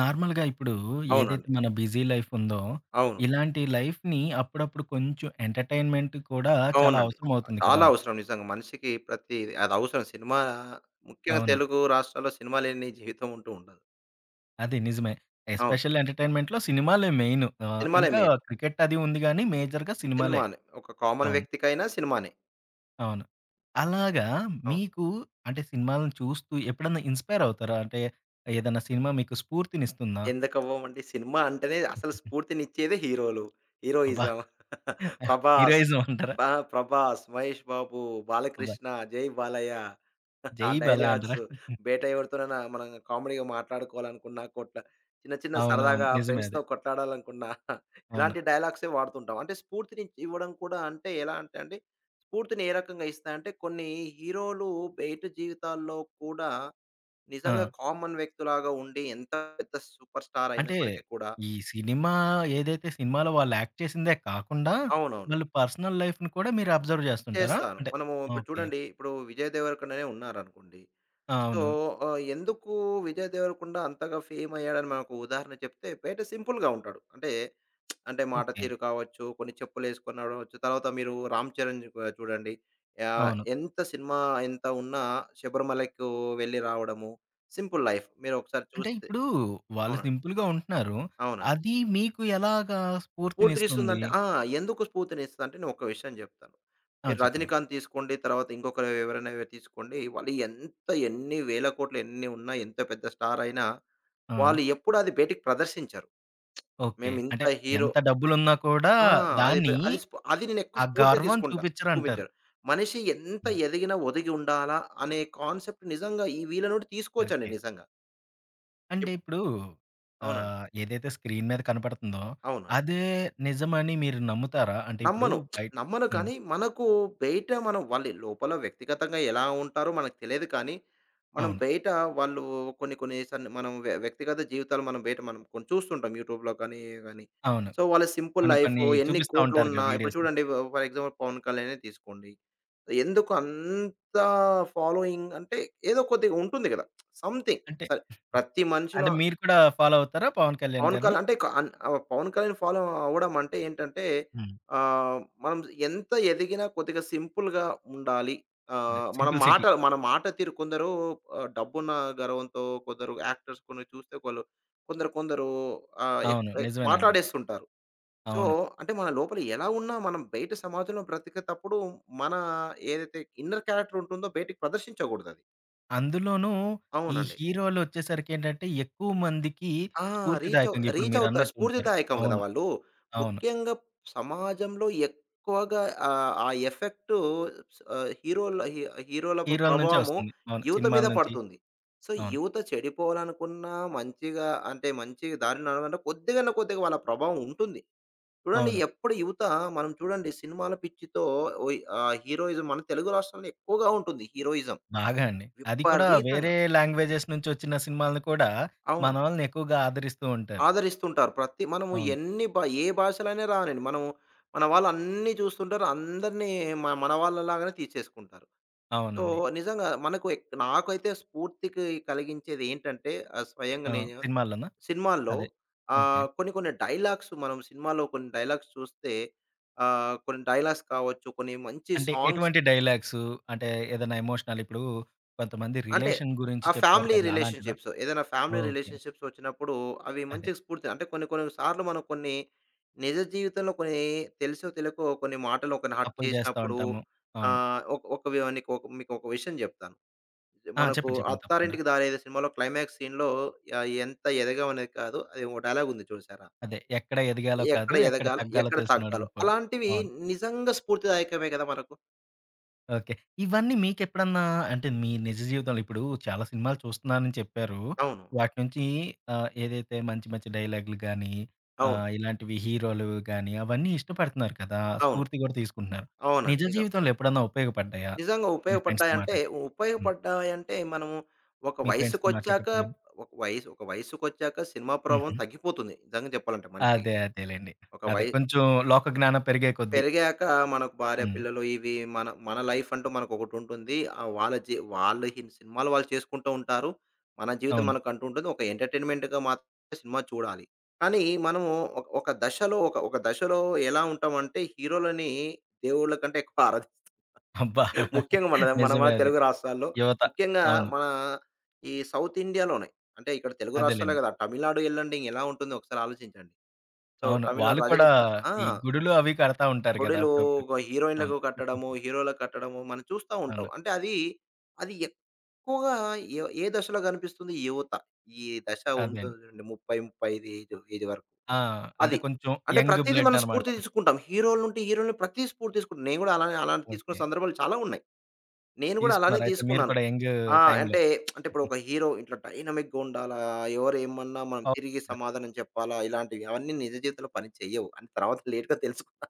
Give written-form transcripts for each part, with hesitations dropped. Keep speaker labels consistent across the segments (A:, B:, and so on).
A: నార్మల్‌గా ఇప్పుడు
B: అవునండి.
A: ఏదైతే మన బిజీ లైఫ్ ఉందో,
B: అవును.
A: ఇలాంటి లైఫ్‌ని అప్పుడప్పుడు కొంచెం ఎంటర్‌టైన్‌మెంట్ కూడా చాలా
B: అవునండి.
A: అవసరం అవుతుంది
B: చాలా
A: కదా!
B: అవసరం నిజంగా. మనిషికి ప్రతి అది అవసరం. సినిమా ముఖ్యంగా
A: అవును.
B: తెలుగు రాష్ట్రాల్లో సినిమా లేని జీవితం ఉంటూ ఉండదు.
A: అది నిజమే.
B: అవును.
A: ఎస్పెషల్లీ ఎంటర్‌టైన్‌మెంట్‌లో సినిమాలే మెయిన్.
B: సినిమాలే
A: ఇంకా
B: మెయిన్.
A: క్రికెట్ అది ఉంది గానీ మేజర్‌గా సినిమాలే.
B: సినిమానే. ఒక కామన్
A: అవును.
B: వ్యక్తికైనా సినిమానే.
A: అవును. అలాగా
B: అవును.
A: మీకు అంటే సినిమాలను చూస్తూ ఎప్పుడన్నా ఇన్‌స్పైర్ అవుతారా? అంటే ఏదన్నా సినిమా మీకు స్ఫూర్తినిస్తుందా?
B: ఎందుకవ్వమండి? సినిమా అంటేనే అసలు స్ఫూర్తినిచ్చేదే హీరోలు.
A: అబ్బా!
B: హీరోయిజం. 'ప్రభాస్',
A: హీరోయిజం అంటారా?
B: బా 'ప్రభాస్', 'మహేష్ బాబు',
A: అబ్బా!
B: 'బాలకృష్ణ', 'జై బాలయ్య'. ఆ
A: జై బాలయ్య అంటారా?
B: డైలాగ్స్. 'బేట' ఎవరితోనైనా మనం కామెడీగా మాట్లాడుకోవాలనుకున్నా, చిన్న చిన్న
A: అవునవును.
B: సరదాగా
A: నిజమే
B: ఫ్రెండ్స్‌తో
A: అది.
B: కొట్లాడాలనుకున్నా
A: అవును.
B: ఇలాంటి డైలాగ్సే వాడుతుంటాం. అంటే స్ఫూర్తిని ఇవ్వడం కూడా అంటే ఎలా అంటే అండి, స్ఫూర్తిని ఏ రకంగా ఇస్తాయంటే కొన్ని హీరోలు బయట జీవితాల్లో కూడా
A: ఆ!
B: నిజంగా కామన్ వ్యక్తిలాగా ఉండి ఎంత పెద్ద సూపర్ స్టార్
A: అంటే,
B: అయినప్పటికీ కూడా
A: ఈ సినిమా ఏదైతే సినిమాలో వాళ్ళు యాక్ట్ చేసిందే కాకుండా,
B: అవునవును.
A: వాళ్ళు పర్సనల్ లైఫ్‌ని కూడా మీరు అబ్జర్వ్ జేస్తుంటారా?
B: చేస్తాను.
A: అంటే
B: మనము ఇప్పుడు
A: ఓకే.
B: చూడండి ఇప్పుడు విజయ్ దేవరకొండనే ఉన్నారనుకోండి.
A: ఆ!
B: సో,
A: అవును.
B: ఎందుకు విజయ్ దేవరకొండ అంతగా ఫేమ్ అయ్యాడని మనకు ఉదాహరణ చెప్తే బయట సింపుల్‌గా ఉంటాడు. అంటే, అంటే మాట
A: ఓకే.
B: తీరు కావచ్చు, కొన్ని చెప్పులేసుకొని నడవచ్చు. తర్వాత మీరు 'రామ్ చరణ్' కూడా చూడండి.
A: అవును.
B: ఎంత సినిమా ఎంత ఉన్నా శబరిమలైకు వెళ్లి రావడము, సింపుల్ లైఫ్. మీరు ఒకసారి
A: అంటే
B: చూస్తే
A: ఇప్పుడు వాళ్ళు
B: అవునండి.
A: సింపుల్‌గా ఉంటున్నారు.
B: అవునండి.
A: అది మీకు ఎలాగా స్ఫూర్తినిస్తుంది?
B: స్ఫూర్తినిస్తుందంటే ఆ! ఎందుకు స్ఫూర్తినిస్తదంటే నేను ఒక విషయం జెప్తాను.
A: ఆ!
B: మీరు
A: చెప్పండి.
B: 'రజనీకాంత్' తీసుకోండి, తర్వాత ఇంకొకరు ఎవరైనా తీసుకోండి. వాళ్ళు ఎంత ఎన్ని వేల కోట్లు ఎన్ని ఉన్నా, ఎంత పెద్ద స్టార్ అయినా,
A: ఆ!
B: వాళ్ళు ఎప్పుడు అది బయటికి ప్రదర్శించరు.
A: ఓకే.
B: మేమింత
A: అంటే
B: హీరో
A: ఎంత డబ్బులున్నా కూడా
B: ఆ!
A: దాన్ని,
B: అది నేను ఎక్కువ
A: ఆ
B: స్ఫూర్తి
A: గర్వం
B: తీసుకుంటా.
A: చూపిచ్చరంటారు.
B: చూపించరు. మనిషి ఎంత
A: హ్మ్.
B: ఎదిగినా ఒదిగి ఉండాలా అనే కాన్సెప్ట్ నిజంగా ఈ వీళ్ళ నుండి తీసుకోవచ్చండి
A: ఓకే.
B: నిజంగా.
A: అంటే
B: ఎప్
A: ఇప్పుడు
B: అవునండి.
A: ఏదైతే స్క్రీన్ మీద కనపడుతుందో,
B: అవును.
A: అదే నిజమని మీరు నమ్ముతారా? అంటే ఇప్పుడు
B: నమ్మను.
A: బయ్
B: నమ్మను
A: హ్మ్.
B: కానీ, మనకు బయట మనం వాళ్ళు లోపల వ్యక్తిగతంగా ఎలా ఉంటారో మనకు తెలియదు కానీ, మనం
A: అవును.
B: బయట వాళ్ళు కొన్ని కొన్ని సన్ మనం వ్యక్తిగత జీవితాలు మనం కొన్ని చూస్తుంటాం యూట్యూబ్‌లో కానీ, గాని.
A: అవును.
B: సో, వాళ్ళ సింపుల్
A: కొన్ని
B: లైఫ్
A: కొన్ని
B: ఎన్ని
A: చూపిస్తా ఉంటారుగా
B: కోట్లున్నా ఇప్పుడు
A: వీడియోస్.
B: చూడండి ఫర్ ఎగ్జాంపుల్ 'పవన్ కళ్యాణే' తీసుకోండి. ఎందుకు అంత ఫాలోయింగ్ అంటే ఏదో కొద్దిగా ఉంటుంది కదా! సంథింగ్
A: అంటే
B: సరే ప్రతి మనిషిలో
A: అంటే మీరు కూడా ఫాలో అవుతారా పవన్ కళ్యాణ్
B: పవన్ కళ్యాణ్
A: గారిని?
B: అంటే పవన్ కళ్యాణ్ ఫాలో అవ్వడం అంటే ఏంటంటే
A: హ్మ్.
B: మనం ఎంత ఎదిగినా కొద్దిగా సింపుల్‌గా ఉండాలి.
A: అదే
B: మన
A: 'సింపుల్
B: మాట
A: సిటీ'.
B: మన మాట తీరు కొందరు డబ్బున్న గర్వంతో కొందరు యాక్టర్స్ కొన్ని చూస్తే కొందరు కొందరు ఆహ్, ఎక్
A: అవును.
B: ఎక్
A: నిజమేనండి అది.
B: మాట్లాడేస్తుంటారు. సో,
A: అవును.
B: అంటే మన లోపల ఎలా ఉన్నా మనం బయట సమాజంలో బ్రతికేతప్పుడు మన ఏదైతే ఇన్నర్ క్యారెక్టర్ ఉంటుందో బయటికి ప్రదర్శించకూడదది.
A: అందులోనూ ఈ
B: అవునండి.
A: హీరోలొచ్చేసరికేంటంటే ఎక్కువ మందికి
B: ఆ!
A: స్ఫూర్తిదాయకంగా ఇప్పుడు
B: రీచవుతారు.
A: మీరన్నట్టు ఉంటారు.
B: స్ఫూర్తిదాయకం గదా!
A: అవును.
B: వాళ్ళు.
A: అవును.
B: ముఖ్యంగా సమాజంలో ఎక్కువగా ఆ ఎఫెక్టు స్ ఆహ్, హీరోల హీ హీరోల
A: హీరోల నుంచే
B: ప్రభావము
A: వస్తుంది. అవును.
B: యువత
A: సినిమాల
B: మీద
A: నుంచి.
B: పడుతుంది. సో,
A: అవును.
B: యువత చెడిపోవాలనుకున్నా మంచిగా అంటే మంచి దారి నడవాలంటే కొద్దిగానో కొద్దిగా వాళ్ళ ప్రభావం ఉంటుంది. చూడండి
A: అవును.
B: ఎప్పుడు యువత మనం చూడండి సినిమాల పిచ్చితో ఓయ్ హీరోయిజం మన తెలుగు రాష్ట్రాల్లో ఎక్కువగా ఉంటుంది హీరోయిజం.
A: బాగా అండి. అది కూడా వేరే
B: విపరీతంగా.
A: లాంగ్వేజెస్ నుంచొచ్చిన సినిమాలను కూడా
B: అవును.
A: మనోళ్ళని ఎక్కువగా ఆదరిస్తూ ఉంటారు.
B: ఆదరిస్తుంటారు. ప్రతి మనము
A: అవును.
B: ఎన్ని భా ఏ భాషలైనా రానియండి. మనము మన వాళ్ళు అన్నీ చూస్తుంటారు. అందరినీ మన వాళ్ళలాగానే తీర్చేసుకుంటారు. సో,
A: అవునండి.
B: నిజంగా మనకు నాకైతే స్ఫూర్తికి కలిగించేది ఏంటంటే స్వయంగా
A: ఆ!
B: నేను
A: సినిమాల్లోనా?
B: సినిమాల్లో
A: అదే. ఓకే.
B: కొన్ని కొన్ని డైలాగ్స్ మనం సినిమాలో కొన్ని డైలాగ్స్ చూస్తే కొన్ని డైలాగ్స్ కావచ్చు, కొన్ని మంచి
A: అంటే
B: సాంగ్స్
A: ఎటువంటి డైలాగ్సు? అంటే ఏదైనా ఎమోషనల్ ఇప్పుడు కొంతమంది
B: అంటే
A: రిలేషన్ గురించి
B: ఆ
A: చెప్తారు
B: ఫ్యామిలీ
A: కదా! అలాంటిదా?
B: రిలేషన్‌షిప్స్ ఏదైనా ఫ్యామిలీ
A: ఓకే.
B: రిలేషన్‌షిప్స్ వచ్చినప్పుడు అవి
A: అదే.
B: మంచి స్ఫూర్తి అంటే కొన్ని కొన్ని సార్లు మనం కొన్ని నిజ జీవితంలో కొన్ని తెలుసో తెలియకో కొన్ని మాటలు ఒకరిని హర్ట్
A: తప్పులు చేస్తా
B: చేసినప్పుడు
A: ఉంటాము. అవును.
B: ఒక ఒక వి నీకు ఒక మీకు ఒక విషయం చెప్తాను.
A: ఆ!
B: మనకు
A: చెప్పండి. చెప్పండి. తప్పకుండా.
B: 'అత్తారింటికి దారేది' సినిమాలో క్లైమాక్స్ సీన్‌లో ఎంత ఎదగాం అనేది కాదు అది ఒక డైలాగ్ ఉంది చూసారా?
A: అదే ఎక్కడ ఎదగాలో కాదు,
B: ఎక్కడ
A: ఎక్కడ
B: ఎదగాలో,
A: తగ్గాలో
B: ఎక్కడ
A: తెలిసినోడు
B: తగ్గాలో
A: గొప్పోడు.
B: అలాంటివి
A: అవును.
B: నిజంగా స్ఫూర్తిదాయకమే కదా! మనకు.
A: ఓకే. ఇవన్నీ మీకెప్పుడన్నా అంటే మీ నిజ జీవితంలో ఇప్పుడు చాలా సినిమాలు చూస్తున్నానని చెప్పారు.
B: అవును.
A: వాటి నుంచి ఏదైతే మంచి మంచి డైలాగులు గాని,
B: అవును.
A: ఇలాంటివి హీరోలు గాని అవన్నీ ఇష్టపడుతున్నారు కదా!
B: అవును.
A: స్ఫూర్తి కూడా తీసుకుంటున్నారు.
B: అవునండి.
A: నిజ
B: నిజం.
A: జీవితంలో ఎప్పుడన్నా ఉపయోగపడ్డాయా?
B: నిజంగా
A: మీ ఫ్రెండ్స్‌తో
B: ఉపయోగపడ్డాయంటే,
A: మాట్లాడి హ్మ్.
B: ఉపయోగపడ్డాయంటే మనము ఒక
A: మీ ఫ్రెండ్స్‌తో
B: వయసుకొచ్చాక
A: మాట్లాడేటప్పుడు గాని?
B: ఒక వయసుకొచ్చాక సినిమా ప్రభావం
A: హుహు.
B: తగ్గిపోతుంది. నిజంగా చెప్పాలంటే మనిషికి.
A: అదే అదేలెండి.
B: ఒక
A: అదే
B: వయ
A: కొంచెం లోక జ్ఞానం పెరిగే కొద్దీ.
B: పెరిగాక మనకు భార్య,
A: హ్మ్.
B: పిల్లలు ఇవి మన మన లైఫ్ అంటూ మనకొకటుంటుంది. వాళ్ళు ఈ సినిమాలు వాళ్ళు చేసుకుంటూ ఉంటారు. మన జీవితం
A: అవును.
B: మనకంటూ ఉంటుంది. ఒక ఎంటర్‌టైన్‌మెంట్‌గా మాత్రమే సినిమా చూడాలి. కానీ మనము ఒక ఒక దశలో ఒక ఒక దశలో ఎలా ఉంటామంటే హీరోలని దేవుళ్ళ కంటే ఎక్కువ ఆరాధిస్తాం.
A: అబ్బా!
B: ముఖ్యంగా మన మన మన
A: నిజమే అది.
B: తెలుగు రాష్ట్రాల్లో,
A: యువత.
B: ముఖ్యంగా
A: అవును.
B: మన ఈ సౌత్ ఇండియాలోనే. అంటే ఇక్కడ తెలుగు రాష్ట్రాలే
A: అదేలెండి.
B: కాదు. తమిళనాడు ఎళ్ళండి ఎలా ఉంటుందో ఒకసారి ఆలోచించండి. సో,
A: అవును.
B: తమిళనాడు
A: వాళ్ళు కూడా
B: రజనీకా ఆ!
A: ఈ గుడులు అవి కడతా ఉంటారు గదా!
B: గుడిలు
A: అప్పుడప్పుడు.
B: ఒక
A: అవును.
B: హీరోయిన్‌లకు కట్టడము, హీరోలకు కట్టడము మనం చూస్తా ఉంటాం.
A: అవును.
B: అంటే అది, అది ఎక్కువగా ఏ ఏ దశలో కనిపిస్తుంది? యువత. ఈ దశ
A: అదే
B: ఉంటుంది
A: అండి.
B: చూడండి 30, 35 ఏజ్ ఏజ్ వరకు.
A: ఆ! అంటే
B: అది.
A: కొంచెం
B: అంటే
A: యంగ్
B: ప్రతీది
A: బ్లడ్
B: మనం
A: అన్నమాట.
B: స్ఫూర్తి తీసుకుంటాం. హీరోల నుండి హీరోలని ప్రతి స్ఫూర్తి తీసుకుంటాం. నేను కూడా అలానే అలాంటి తీసుకున్న
A: ఓకే.
B: సందర్భాలు చాలా ఉన్నాయి. నేను కూడా అలానే
A: తీసుకున్నారు. అయితే మీరు
B: తీసుకున్నాను.
A: కూడా యంగ్
B: ఆ!
A: టైమ్‌లో.
B: అంటే, అంటే ఇప్పుడు ఒక హీరో ఇట్లా డైనమిక్‌గా ఉండాలా, ఎవరేమన్నా మనం తిరిగి
A: అవును.
B: సమాధానం చెప్పాలా, ఇలాంటివి అవన్నీ నిజ జీవితంలో పని చెయ్యవు. అని తర్వాత లేట్‌గా తెలుసుకున్నా.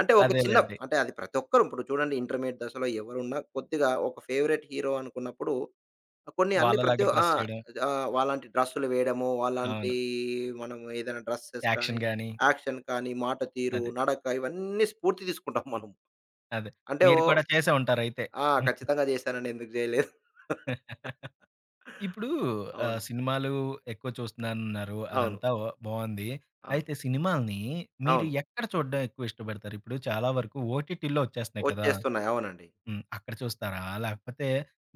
B: అంటే ఒక చిన్న
A: అదేలెండి.
B: అంటే అది ప్రతి ఒక్కరు ఇప్పుడు చూడండి ఇంటర్మీడియేట్ దశలో ఎవరున్నా కొద్దిగా ఒక ఫేవరెట్ హీరో అనుకున్నప్పుడు కొన్ని అన్ని ప్రతి
A: వాళ్ళలాగా
B: ఆ!
A: డ్రెస్ చేయడం.
B: వాళ్ళంటి డ్రెస్సులు వేయడము, వాళ్ళంటి
A: అవును.
B: మనం ఏదైనా డ్రెస్సెస్ కానీ,
A: యాక్షన్ గాని
B: యాక్షన్ కానీ, మాట తీరు,
A: అదే.
B: నడక ఇవన్నీ స్ఫూర్తి తీసుకుంటాం మనం.
A: అదే.
B: అంటే ఓ
A: మీరు కూడా చేసే ఉంటారయితే.
B: ఆ! ఖచ్చితంగా చేశానండి. ఎందుకు చేయలేదు.
A: ఇప్పుడు
B: అవును.
A: సినిమాలు ఎక్కువ చూస్తున్నానన్నారు.
B: అవును.
A: అదంతా ఓ బావుంది.
B: అవును.
A: అయితే సినిమాల్ని మీరు
B: అవును.
A: ఎక్కడ చూడడం ఎక్కువ ఇష్టపడతారు? ఇప్పుడు చాలా వరకు ఓటీటీలో వచ్చేస్తున్నాయి కదా!
B: వచ్చేస్తున్నాయి. అవునండి.
A: హ్మ్. అక్కడ చూస్తారా? లేకపోతే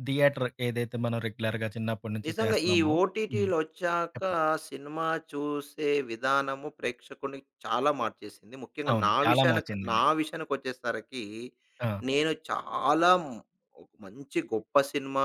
A: థియేటర్ ఏదైతే మనం రెగ్యులర్‌గా చిన్నప్పటి నుంచి
B: నిజంగా ఈ
A: చేస్తున్నామో హ్మ్.
B: ఓటీటీలొచ్చాక
A: చెప్పండి.
B: సినిమా చూసే విధానము ప్రేక్షకుడిని చాలా మార్చేసింది. ముఖ్యంగా
A: అవును.
B: నా
A: చాలా
B: విషయానికి నా
A: మార్చిందండి.
B: విషయానికొచ్చేసరికి
A: ఆ!
B: నేను చాలా మ్- ఒక మంచి గొప్ప సినిమా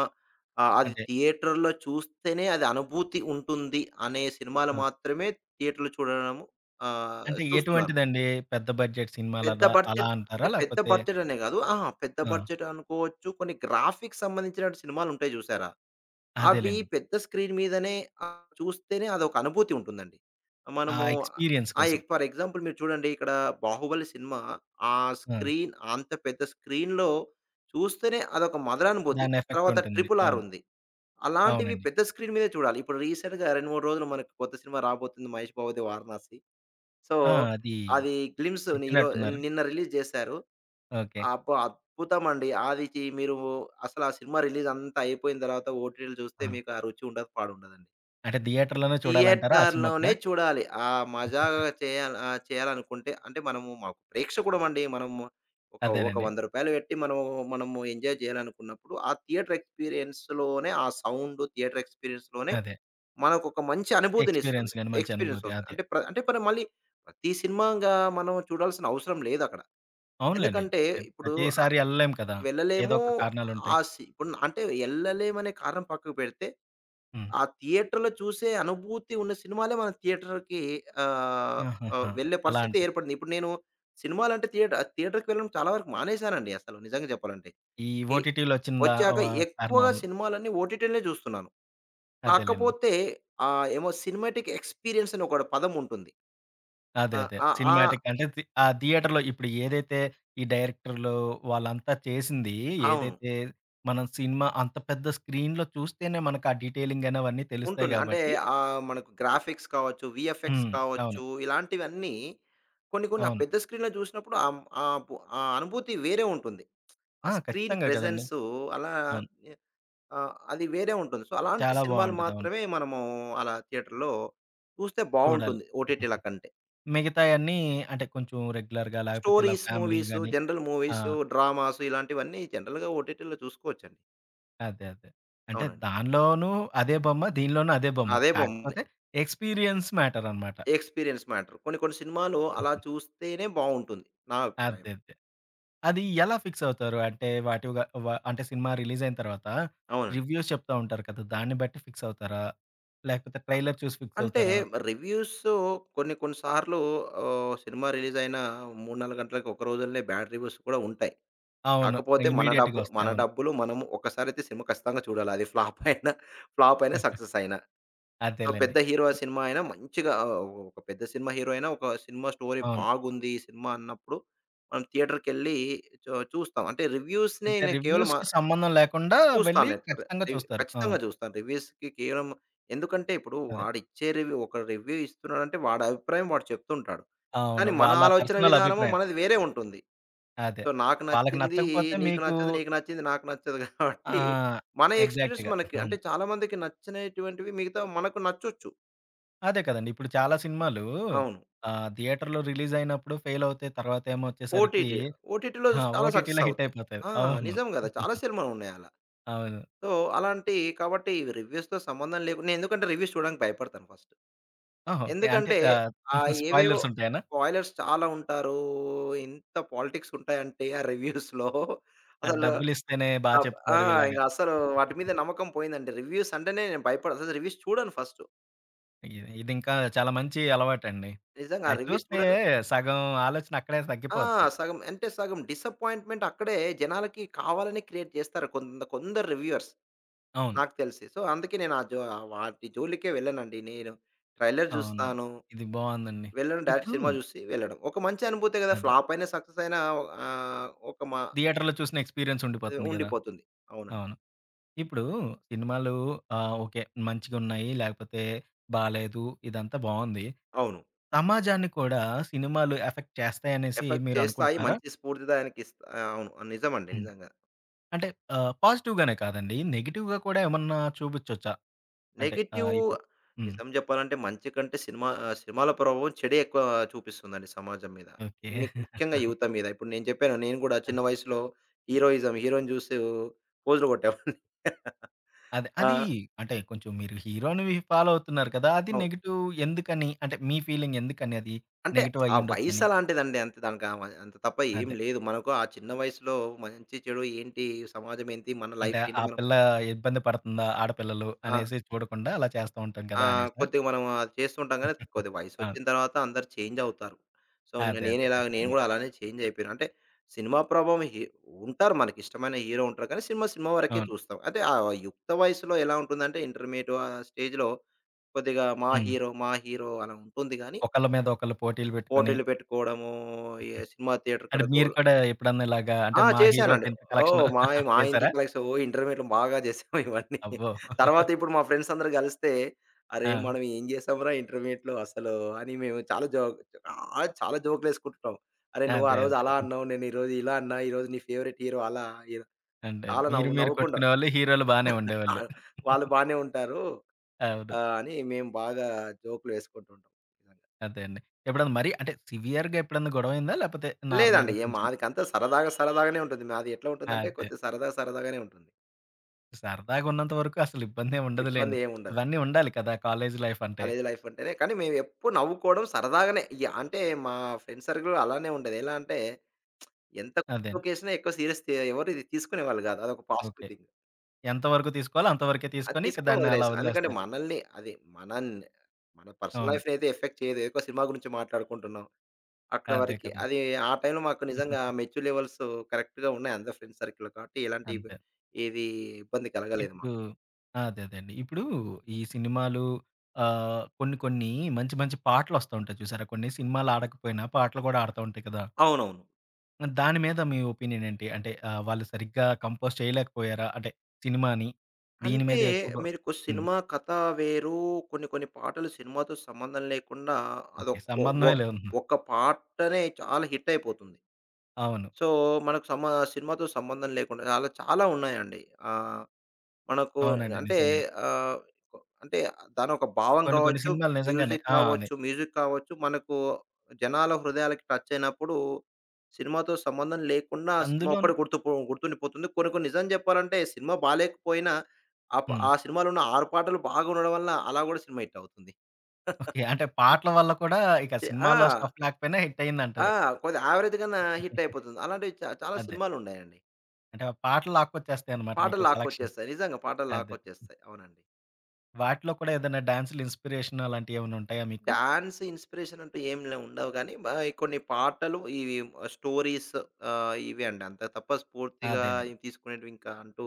B: అది
A: అంటే
B: థియేటర్‌లో చూస్తేనే అది అనుభూతి ఉంటుంది అనే సినిమాలు
A: ఓకే.
B: మాత్రమే థియేటర్‌లో చూడడము
A: అంటే
B: చూస్తున్నాను.
A: ఎటువంటిదండి? పెద్ద బడ్జెట్ సినిమాలదా అలా అంటారా?
B: పెద్ద
A: లేకపోతే
B: బడ్జెట్ అనే గాదు. అహా! పెద్ద
A: ఆ!
B: బడ్జెట్ అనుకోవచ్చు. కొన్ని గ్రాఫిక్స్ సంబంధించిన సినిమాలుంటాయి జూసారా? అవి
A: అదేలెండి.
B: పెద్ద స్క్రీన్ మీదనే చూస్తేనే అదొక అనుభూతి ఉంటుందండి.
A: ఆ
B: మనము
A: ఎక్స్‌పీరియన్స్
B: ఆ!
A: కోసం.
B: ఫర్ ఎగ్జాంపుల్ మీరు చూడండి ఇక్కడ 'బాహుబలి' సినిమా ఆ
A: ఆ!
B: స్క్రీన్ అంత పెద్ద స్క్రీన్‌లో చూస్తేనే అదొక మధురానుభూతి.
A: దాని ఎఫెక్ట్
B: తర్వాత
A: ఉంటుంది.
B: 'ట్రిపుల్ ఆర్'
A: అవును.
B: ఉంది. అలాంటివి
A: అవునండి.
B: పెద్ద స్క్రీన్ మీదే చూడాలి. ఇప్పుడు రీసెంట్‌గా 2, 3 రోజులు మనకు కొత్త సినిమా రాబోతుంది 'మహేష్ బాబుది వారణాసి.' సో,
A: ఆ! అది
B: అది గ్లిమ్స్ ని ఈరో
A: ఇచ్చినట్టున్నారు.
B: నిన్న రిలీజ్ జేశారు.
A: ఓకే.
B: అబ్బా! అద్భుతమండి. అది చి మీరు అసలు ఆ సినిమా రిలీజ్ అంతా అయిపోయిన తర్వాత ఓటీటీలో జూస్తే
A: ఆ!
B: మీకు ఆ రుచి ఉండదు, పాడుండదండి.
A: అంటే థియేటర్‌లోనే చూడాలంటారా ఆ సినిమా
B: థియేటర్‌లోనే
A: కూడా?
B: చూడాలి. ఆ మజాగా చేయాల ఆహ్, చేయాలనుకుంటే అంటే మనము మాకు ప్రేక్షకుడమండి. మనము ఒక ఒక రూ.
A: అదేనండి.
B: 100 పెట్టి మనము, మనము ఎంజాయ్ జేయాలనుకున్నప్పుడు, ఆ థియేటర్ ఎక్స్‌పీరియన్స్‌లోనే ఆ సౌండు, థియేటర్ ఎక్స్‌పీరియన్స్‌లోనే
A: అదే.
B: మనకొక మంచి అనుభూతినిస్తుంది.
A: ఎక్స్‌పీరియన్స్ గాని, మంచి
B: ఎక్స్‌పీరియన్స్
A: అనుభూతి
B: వస్తుంది.
A: అదే.
B: అంటే మనం మళ్ళీ ప్రతి సినిమా ఇంగా మనం చూడాల్సిన అవసరం లేదక్కడ.
A: అవునులెండి.
B: ఎందుకంటే
A: ఎ
B: ఇప్పుడు ఆహ్,
A: ప్రతిసారి ఎళ్ళలేం కదా! ఏదో
B: వెళ్ళలేము
A: ఒక
B: ఆ
A: కారణాలుంటాయి.
B: సి ఇప్పుడు నా- అంటే ఎళ్ళలేమనే కారణం పక్కకు పెడితే,
A: హ్మ్.
B: ఆ థియేటర్‌లో చూసే అనుభూతి ఉన్న సినిమాలే మనం థియేటర్‌కి ఆహ్, ఆహ్,
A: ఆహాహా!
B: వెళ్ళే
A: అలా
B: పరిస్థితి
A: అంటారు.
B: ఏర్పడింది. ఇప్పుడు నేను సినిమాలంటే థియేటర్‌కి వెళ్ళడం చాలా వరకు మానేశానండి అసలు నిజంగా చెప్పాలంటే.
A: ఈ
B: ఎ
A: ఓటీటీలొచ్చిందా
B: వచ్చాక
A: వ
B: ఎక్కువగా
A: కారణం
B: సినిమాలన్నీ ఓటీటీలనే చూస్తున్నాను.
A: అదేలెండి.
B: కాకపోతే ఏమో సినిమాటిక్ ఎక్స్‌పీరియన్స్ అని ఒక పదం ఉంటుంది.
A: అదే.
B: ఆ!
A: అదే.
B: ఆ! ఆ!
A: సినిమాటిక్ అంటే థి ఆ థియేటర్‌లో ఇప్పుడు ఏదైతే ఈ డైరెక్టర్‌లు వాళ్ళంతా చేసింది
B: అవును.
A: ఏదైతే మనం సినిమా అంత పెద్ద స్క్రీన్‌లో చూస్తేనే మనకు ఆ డీటెయిలింగ్ అని అవన్నీ తెలుస్తాయి
B: ఉంటుంది. అంటే
A: గాబట్టి
B: మనకు గ్రాఫిక్స్ కావచ్చు, వీఎఫ్ఎక్స్
A: హ్మ్. అవును.
B: కావచ్చు, ఇలాంటివన్నీ కొన్ని కొన్ని ఆ
A: అవును.
B: పెద్ద స్క్రీన్‌లో చూసినప్పుడు ఆహ్, ఆహ్, ఆ అనుభూతి వేరే ఉంటుంది. ఆ
A: ఆ!
B: స్క్రీన్
A: ఖచ్చితంగా కదండీ.
B: ప్రెజెన్సు అలా
A: అవును.
B: అది వేరే ఉంటుంది. సో, అలాంటి
A: చాలా
B: సినిమాలు
A: బావుంటది. అవును.
B: మాత్రమే మనము అలా థియేటర్‌లో చూస్తే
A: చూడాలి.
B: బావుంటుంది ఓటీటీల కంటే.
A: మిగతాయన్నీ అంటే కొంచెం రెగ్యులర్‌గా లేకపోతే ఇలా
B: స్టోరీస్
A: ఫ్యామిలీ
B: మూవీసు,
A: గాని
B: జనరల్
A: ఆ!
B: మూవీసు, డ్రామాసు ఇలాంటివన్నీ జనరల్‌గా ఓటీటీలో చూసుకోవచ్చండి.
A: అదే. అదే. అంటే
B: అవునండి.
A: దానిలోనూ అదే బొమ్మ, దీనిలోనూ అదే బొమ్మ.
B: అదే బొమ్మ.
A: కాకపోతే ఎక్స్‌పీరియన్స్ మ్యాటర్ అనమాట.
B: Experience matter. కొన్ని కొన్ని సినిమాలు అలా చూస్తేనే బావుంటుంది. నా అభిప్రాయం.
A: అదే. అదే. అది ఎలా ఫిక్స్ అవుతారు? అంటే వాటిగా వ అంటే సినిమా రిలీజ్ అయిన తర్వాత
B: అవునండి.
A: రివ్యూస్ చెప్తా ఉంటారు కదా! దాన్ని బట్టి ఫిక్స్ అవుతారా? లేకపోతే
B: అ
A: ట్రైలర్ చూసి ఫిక్స్
B: అంటే
A: అవుతారా?
B: రివ్యూస్ కొన్ని కొన్ని సార్లు సినిమా రిలీజ్ అయిన 3, 4 గంటలకి ఒక రోజులనే బ్యాడ్ రివ్యూస్ కూడా ఉంటాయి.
A: అవును.
B: కాకపోతే
A: ఇమ్మీడియేట్‌గా వస్తాయి.
B: మన
A: అవును.
B: డబ్బులు మనము ఒక్కసారైతే సినిమా ఖచ్చితంగా చూడాలి. అది ఫ్లాప్ అయినా, ఫ్లాప్ అయినా సక్సెస్ అయినా. సో, పెద్ద
A: అదేలెండి.
B: హీరో సినిమా అయినా మంచిగా ఆహ్, ఒక పెద్ద సినిమా హీరో అయినా ఒక సినిమా స్టోరీ
A: అవును.
B: బాగుంది ఈ సినిమా అన్నప్పుడు మనం థియేటర్‌కెళ్ళి చూస్తాం. అంటే రివ్యూస్‌ని
A: అంటే
B: నేను కేవలం ఆ
A: రివ్యూస్‌కి సంబంధం లేకుండా
B: చూస్తాను
A: వెళ్లి
B: నేను. రె
A: ఖచ్చితంగా
B: రివ్
A: చూస్తారు.
B: ఖచ్చితంగా
A: అవును.
B: చూస్తాను. రివ్యూస్‌కి కేవలం ఎందుకంటే ఇప్పుడు
A: అదే.
B: వాడిచ్చే రివ్యూ ఒక రివ్యూ ఇస్తున్నాడంటే వాడి అభిప్రాయం వాడు చెప్తుంటాడు.
A: అవును.
B: కానీ మన
A: వాళ్ళ
B: ఆలోచన
A: పర్సనల్
B: విధానము
A: అభిప్రాయం.
B: మనది వేరే ఉంటుంది.
A: అదే.
B: సో, నాకు
A: వాళ్ళకి
B: నచ్చింది
A: నచ్చకపోతే
B: నీకు
A: మీకు
B: నచ్చదు, నీకు నచ్చింది నాకు నచ్చదు
A: ఆ!
B: కాబట్టి మన ఎక్స్‌పీరియన్స్
A: ఎగ్జాక్ట్‌గా.
B: మనకి అంటే
A: అవును.
B: చాలా మందికి నచ్చినటువంటివి మిగతా మనకు నచ్చొచ్చు.
A: అదే కదండీ! ఇప్పుడు చాలా సినిమాలు
B: అవును.
A: థియేటర్‌లో రిలీజ్ అయినప్పుడు ఫెయిల్ అవుతాయి. తర్వాత ఏమో వచ్చేసరికి
B: ఓటీటీ. ఓటీటీలో
A: ఆ!
B: చాలా సక్సెస్
A: ఓటీటీలో హిట్
B: అవుతాయి.
A: అయిపోతాయి.
B: ఆ!
A: అవును.
B: నిజం గదా! చాలా సినిమాలున్నాయి అలా.
A: అవును.
B: సో, అలాంటి కాబట్టి రివ్యూస్‌తో సంబంధం లేకుండా నేను ఎందుకంటే రివ్యూస్ చూడడానికి భయపడతాను ఫస్ట్.
A: ఓహో! ఓకే. అంటే
B: ఎందుకంటే, ఏవేవో
A: స్పాయిలర్స్ ఉంటాయనా?
B: స్పాయిలర్స్ చాలా ఉంటారు. ఎంత పాలిటిక్స్ ఉంటాయంటే ఆ రివ్యూస్‌లో.
A: అంటే
B: అసలు
A: డబ్బులిస్తేనే బా
B: ఆహ్, ఆ!
A: చెప్తారు ఇలాగ.
B: ఇంక అస్సలు వాటి మీద నమ్మకం పోయిందండి. రివ్యూస్ అంటేనే నేను భయపడ అసలు రివ్యూస్ చూడను ఫస్టు.
A: ఇది ఇదింకా చాలా మంచి అలవాటండి.
B: నిజంగా ఆ
A: అది
B: రివ్యూస్
A: చూస్తే
B: చూడను.
A: సగం ఆలోచన అక్కడే
B: ఆ!
A: తగ్గిపోద్ది.
B: సగం డిసప్పాయింట్‌మెంట్ అక్కడే జనాలకి కావాలని క్రియేట్ చేస్తారు కొందరు రివ్యూయర్స్
A: అవును.
B: నాకు తెలిసి. సో, అందుకే నేను ఆ జో ఆ వాటి జోలికే వెళ్ళనండి. నేను ట్రైలర్
A: అవునవును.
B: చూస్తాను.
A: ఇది బావుందండి.
B: డైరెక్ట్
A: ఇప్పుడు
B: సినిమా చూసి వెళ్ళడం. ఒక మంచి అనుభూతే కదా!
A: అదే.
B: ఫ్లాప్ అయినా, సక్సెస్ అయినా ఆహ్, ఒక మా
A: థియేటర్‌లో చూసిన ఎక్స్‌పీరియన్స్
B: అది
A: ఉండిపోతుంది గదా!
B: ఉండిపోతుంది. అవునండి.
A: అవును. ఇప్పుడు సినిమాలు ఓకే. మంచిగున్నాయి, లేకపోతే బాలేదు ఇదంతా బావుంది.
B: అవును.
A: సమాజాన్ని కూడా సినిమాలు ఎఫెక్ట్ చేస్తాయనేసి
B: ఎఫెక్ట్ చేస్తాయి.
A: మీరనుకుంటున్నారా?
B: మంచి స్ఫూర్తిదాయనికి ఇస్తా అవును. నిజమండి.
A: హ్మ్.
B: నిజంగా.
A: అంటే పాజిటివ్‌గానే కాదండి. నెగెటివ్‌గా కూడా ఏమన్నా చూపిచ్చొచ్చా? అంటే
B: నెగెటివ్
A: ఇప్పుడు హ్మ్.
B: నిజం చెప్పాలంటే మంచి కంటే సినిమాల ప్రభావం చెడే ఎక్కువ చూపిస్తుందండి సమాజం మీద.
A: ఓకే.
B: ముఖ్యంగా యువత మీద. ఇప్పుడు నేను చెప్పాను. నేను కూడా చిన్న వయసులో హీరోయిజం, హీరో‌ని చూసి ఫోజులు కొట్టేవాడిని.
A: అదే.
B: ఆ!
A: అది అంటే కొంచెం మీరు హీరోని ఫాలో అవుతున్నారు కదా! అది
B: అవును.
A: నెగెటివ్ ఎందుకని? అంటే మీ ఫీలింగ్ ఎందుకని అది
B: అంటే
A: నెగెటివ్
B: ఆ వయసు
A: అయ్యుండొచ్చని?
B: అలాంటిదండి. అంతే దానికి ఆమ అంత తప్ప ఏం
A: అదే.
B: లేదు. మనకు ఆ చిన్న వయసులో మంచి, చెడు ఏంటి? సమాజం ఏంటి? మన
A: అంటే
B: లైఫ్ ఏంటి?
A: ఆ
B: మనం
A: పిల్ల ఇబ్బంది పడుతుందా ఆడపిల్లలు
B: ఆ!
A: అనేసి చూడకుండా అలా చేస్తూ ఉంటాం
B: ఆ!
A: కదా! అనేసా?
B: కొద్దిగా మనం అది చేస్తుంటాం కానీ, కొద్దిగా
A: అవును.
B: వయసొచ్చిన తర్వాత అందరూ చేంజ్ అవుతారు. సో,
A: అదే. అదే.
B: నేను
A: ఖచ్చితంగా.
B: కూడా అలానే చేంజ్ అయిపోయాను. అంటే సినిమా ప్రభావం హి ఉంటారు. మనకిష్టమైన హీరో ఉంటారు. కానీ సినిమా వరకే
A: అవును.
B: చూస్తాం. అయితే ఆ యుక్త వయసులో ఎలా ఉంటుందంటే ఇంటర్మీడియేట్ ఆ స్టేజ్‌లో కొద్దిగా మా
A: హ్మ్.
B: హీరో, మా హీరో అలా ఉంటుంది గానీ,
A: ఒకళ్ళ మీద ఒకళ్ళు పోటీలు పెట్టుకొని
B: ఓటీటీలు పెట్టుకోవడము, ఏ సినిమా థియేటర్ కాడ
A: అంటే
B: గో
A: మీరు కూడా ఎప్పుడన్నా ఇలాగా అంటే
B: ఆ!
A: మా హీరోకి
B: చేశానండి.
A: ఇంత
B: ఓహ్!
A: కలెక్షన్
B: మాయి మా ఇంత
A: చేసారా?
B: కలెక్స్ ఓ ఇంటర్మీడియేట్‌లో బాగా చేసాం ఇవన్నీ.
A: అబ్బో!
B: తర్వాత ఇప్పుడు మా ఫ్రెండ్స్ అందరూ కలిస్తే, "అరే!
A: ఆ!
B: మనం ఏం చేసాంరా ఇంటర్మీడియేట్‌లో అసలు" అని మేము చాలా జోక్ చాలా చాలా జోకులేసుకుంటున్నాం. "అరే! నువ్వు ఆ
A: అదే.
B: రోజు అలా
A: అదే.
B: అన్నావు. నేను ఈరోజు ఇలా అన్నా. ఈరోజు నీ ఫేవరెట్ హీరో అలా" ఇలా
A: అంటే
B: చాలా
A: మీరు
B: నవ్వు
A: మీరు
B: నవ్వుకుంటాం.
A: కొట్టుకునేవాళ్ళు. హీరోలు బానే ఉండేవాళ్ళు.
B: వాళ్ళు బానే ఉంటారు.
A: అవును.
B: అని మేము బాగా జోకులు వేసుకుంటుంటాం. నిజంగా.
A: అదే అండి. ఎప్పుడన్నా మరీ అంటే సివియర్‌గా ఎప్పుడన్నా గొడవయిందా? లేపోతే
B: లేదండి.
A: నార్మల్‌గా
B: ఏ
A: చిన్న, చిన్న
B: మాదికంతా సరదాగా సరదాగానే ఉంటుంది. మాది ఎట్లా ఉంటుందంటే
A: అదే.
B: కొద్దిగా సరదా సరదాగానే ఉంటుంది.
A: సరదాగున్నంత వరకు అసలు ఇబ్బందేం
B: ఇబ్బంది
A: ఉండదులెండి.
B: ఏముండదు.
A: ఇవన్నీ ఉండాలి కదా! కాలేజీ లైఫ్ అంటే.
B: కాలేజీ లైఫ్ అంటేనే కానీ మేమెప్పుడు నవ్వుకోవడం సరదాగానే. ఇగ అంటే మా ఫ్రెండ్ సర్కిల్ అలానే ఉండేది. ఎలా అంటే ఎంత
A: అదే.
B: జోక్ ఏసినా ఎక్కువ సీరియస్ తీ ఎవరు ఇది తీసుకునేవాళ్ళు గాదు. అదొక పాజిటివ్
A: ఓకే.
B: థింగ్.
A: ఎంత వరకు తీసుకోవాలో అంతవరకే
B: అది
A: తీసుకొని ఇక
B: తీసుకొని
A: దాన్ని అలా
B: వదిలేసాం. ఎందుకంటే
A: వదిలేస్తారు.
B: మనల్ని అది మనన్ మన పర్సనల్
A: అవును.
B: లైఫ్‌ని అయితే ఎఫెక్ట్ చేయదు. ఎక్కువ సినిమా గురించి మాట్లాడుకుంటున్నాం. అక్కడ
A: అదే
B: వరకి.
A: కదా!
B: అది ఆ టైంలో మాకు నిజంగా మెచ్యూర్ లెవెల్స్ కరెక్ట్‌గా ఉన్నాయి. అందరి ఫ్రెండ్ సర్కిల్‌లో కాబట్టి ఎలాంటి
A: అంతే.
B: ఏది ఇబ్బంది కలగలేదు మాకు.
A: ఇప్పుడు అదే అదేండి. ఇప్పుడు ఈ సినిమాలు కొన్ని, కొన్ని మంచి, మంచి పాటలొస్తా ఉంటాయి చూసారా? కొన్ని సినిమాలు ఆడకపోయినా పాటలు గూడా ఆడతా ఉంటాయి కదా!
B: అవునవును.
A: దాని మీద మీ ఒపీనియన్ ఏంటి? అంటే వాళ్ళు సరిగ్గా కంపోజ్ చేయలేకపోయారా? అంటే సినిమాని దీని
B: అంటే
A: మీద ఎక్కువగా
B: మీకు
A: హ్మ్.
B: సినిమా కథ వేరు. కొన్ని కొన్ని పాటలు సినిమాతో సంబంధం లేకుండా
A: ఓకే.
B: అదొక ఒ ఒ
A: సంబంధమే లేదు.
B: ఒక్క పాటనే చాలా హిట్ అయిపోతుంది.
A: అవును.
B: సో, మనకు సమ సినిమాతో సంబంధం లేకుండా అలా చాలా ఉన్నాయండి. ఆ! మనకు
A: అవునండి.
B: అంటే
A: నిజంగానే.
B: ఆహ్, అంటే దానొక భావం
A: కొన్ని కొన్ని
B: కావచ్చు,
A: సినిమాలు నిజంగానే.
B: మ్యూజిక్
A: ఆ! అదే.
B: కావచ్చు, మ్యూజిక్ కావచ్చు మనకు జనాల హృదయాలకి టచ్ అయినప్పుడు సినిమాతో సంబంధం లేకుండా ఆ సినిమా
A: అందులోను
B: ఒక్కటి గుర్తుండిపోతుంది. కొన్ని కొన్ని నిజం చెప్పాలంటే సినిమా బాలేకపోయినా
A: హ్మ్.
B: ఆ సినిమాలో ఉన్న 6 పాటలు బాగుండడం వల్ల అలా కూడా సినిమా హిట్ అవుతుంది.
A: ఓకే. అంటే పాటల వల్ల కూడా ఇక
B: చి ఆ!
A: సినిమాలో స్టఫ్ లేకపోయినా హిట్
B: ఆ!
A: అయిందంటారు.
B: కొద్దిగా యావరేజ్ కన్నా హిట్ అయిపోతుంది. అలాంటివి చాలా
A: అదే.
B: సినిమాలున్నాయండి.
A: అంటే ఆ పాటలు లాక్కొచ్చేస్తాయన్నమాట
B: పాటలు
A: మీకు కలెక్షన్స్.
B: లాక్కొచ్చేస్తాయి. నిజంగా పాటలు
A: అదే.
B: లాక్కొచ్చేస్తాయి. అవునండి.
A: వాటిలో కూడా ఏదైనా డాన్సులు ఇన్‌స్పిరేషన్ అలాంటివి ఏమైనా ఉంటాయా మీకు?
B: డాన్స్ ఇన్‌స్పిరేషన్ అంటూ ఏం లే ఉండవు గానీ, బా కొన్ని పాటలు ఇవి స్టోరీస్ ఇవి అండి. అంతే తప్ప స్ఫూర్తిగా
A: అదేలెండి.
B: ఇవి తీసుకునేటివి ఇంకా అంటూ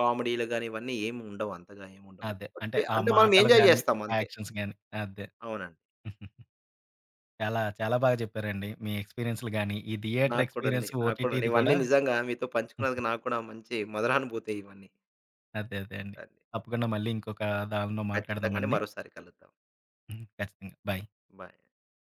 B: కామెడీలు గాని, ఇవన్నీ ఏమి ఉండవు. అంతగా ఏమి ఉండవు.
A: అదే.
B: బట్
A: అంటే
B: వె
A: ఆ
B: అంటే మనం
A: మాటలు
B: ఎంజాయ్
A: గాని,
B: జేస్తాం
A: ఆ
B: అంతే.
A: యాక్షన్స్ గాని. అదే.
B: అవునండి.
A: చాలా, చాలా బాగా చెప్పారండి. మీ ఎక్స్‌పీరియన్స్‌లు గాని, ఈ థియేటర్
B: నాకు కూడా అండి.
A: ఎక్స్‌పీరియన్స్
B: నాకు కూడా అండి.
A: ఓటీటీది
B: ఇవన్నీ
A: కూడా
B: నిజంగా మీతో పంచుకున్నందుకు నాకు కూడా మంచి మధురానుభూతే ఇవన్నీ.
A: అదే. అదే అండి.
B: అండి.
A: తప్పకుండా మళ్ళీ ఇంకొక దానిలో
B: ఖచ్చితంగా అండి.
A: మాట్లాడదామండి.
B: మరోసారి కలుద్దాం.
A: హ్మ్. ఖచ్చితంగా. బాయ్.
B: బాయ్.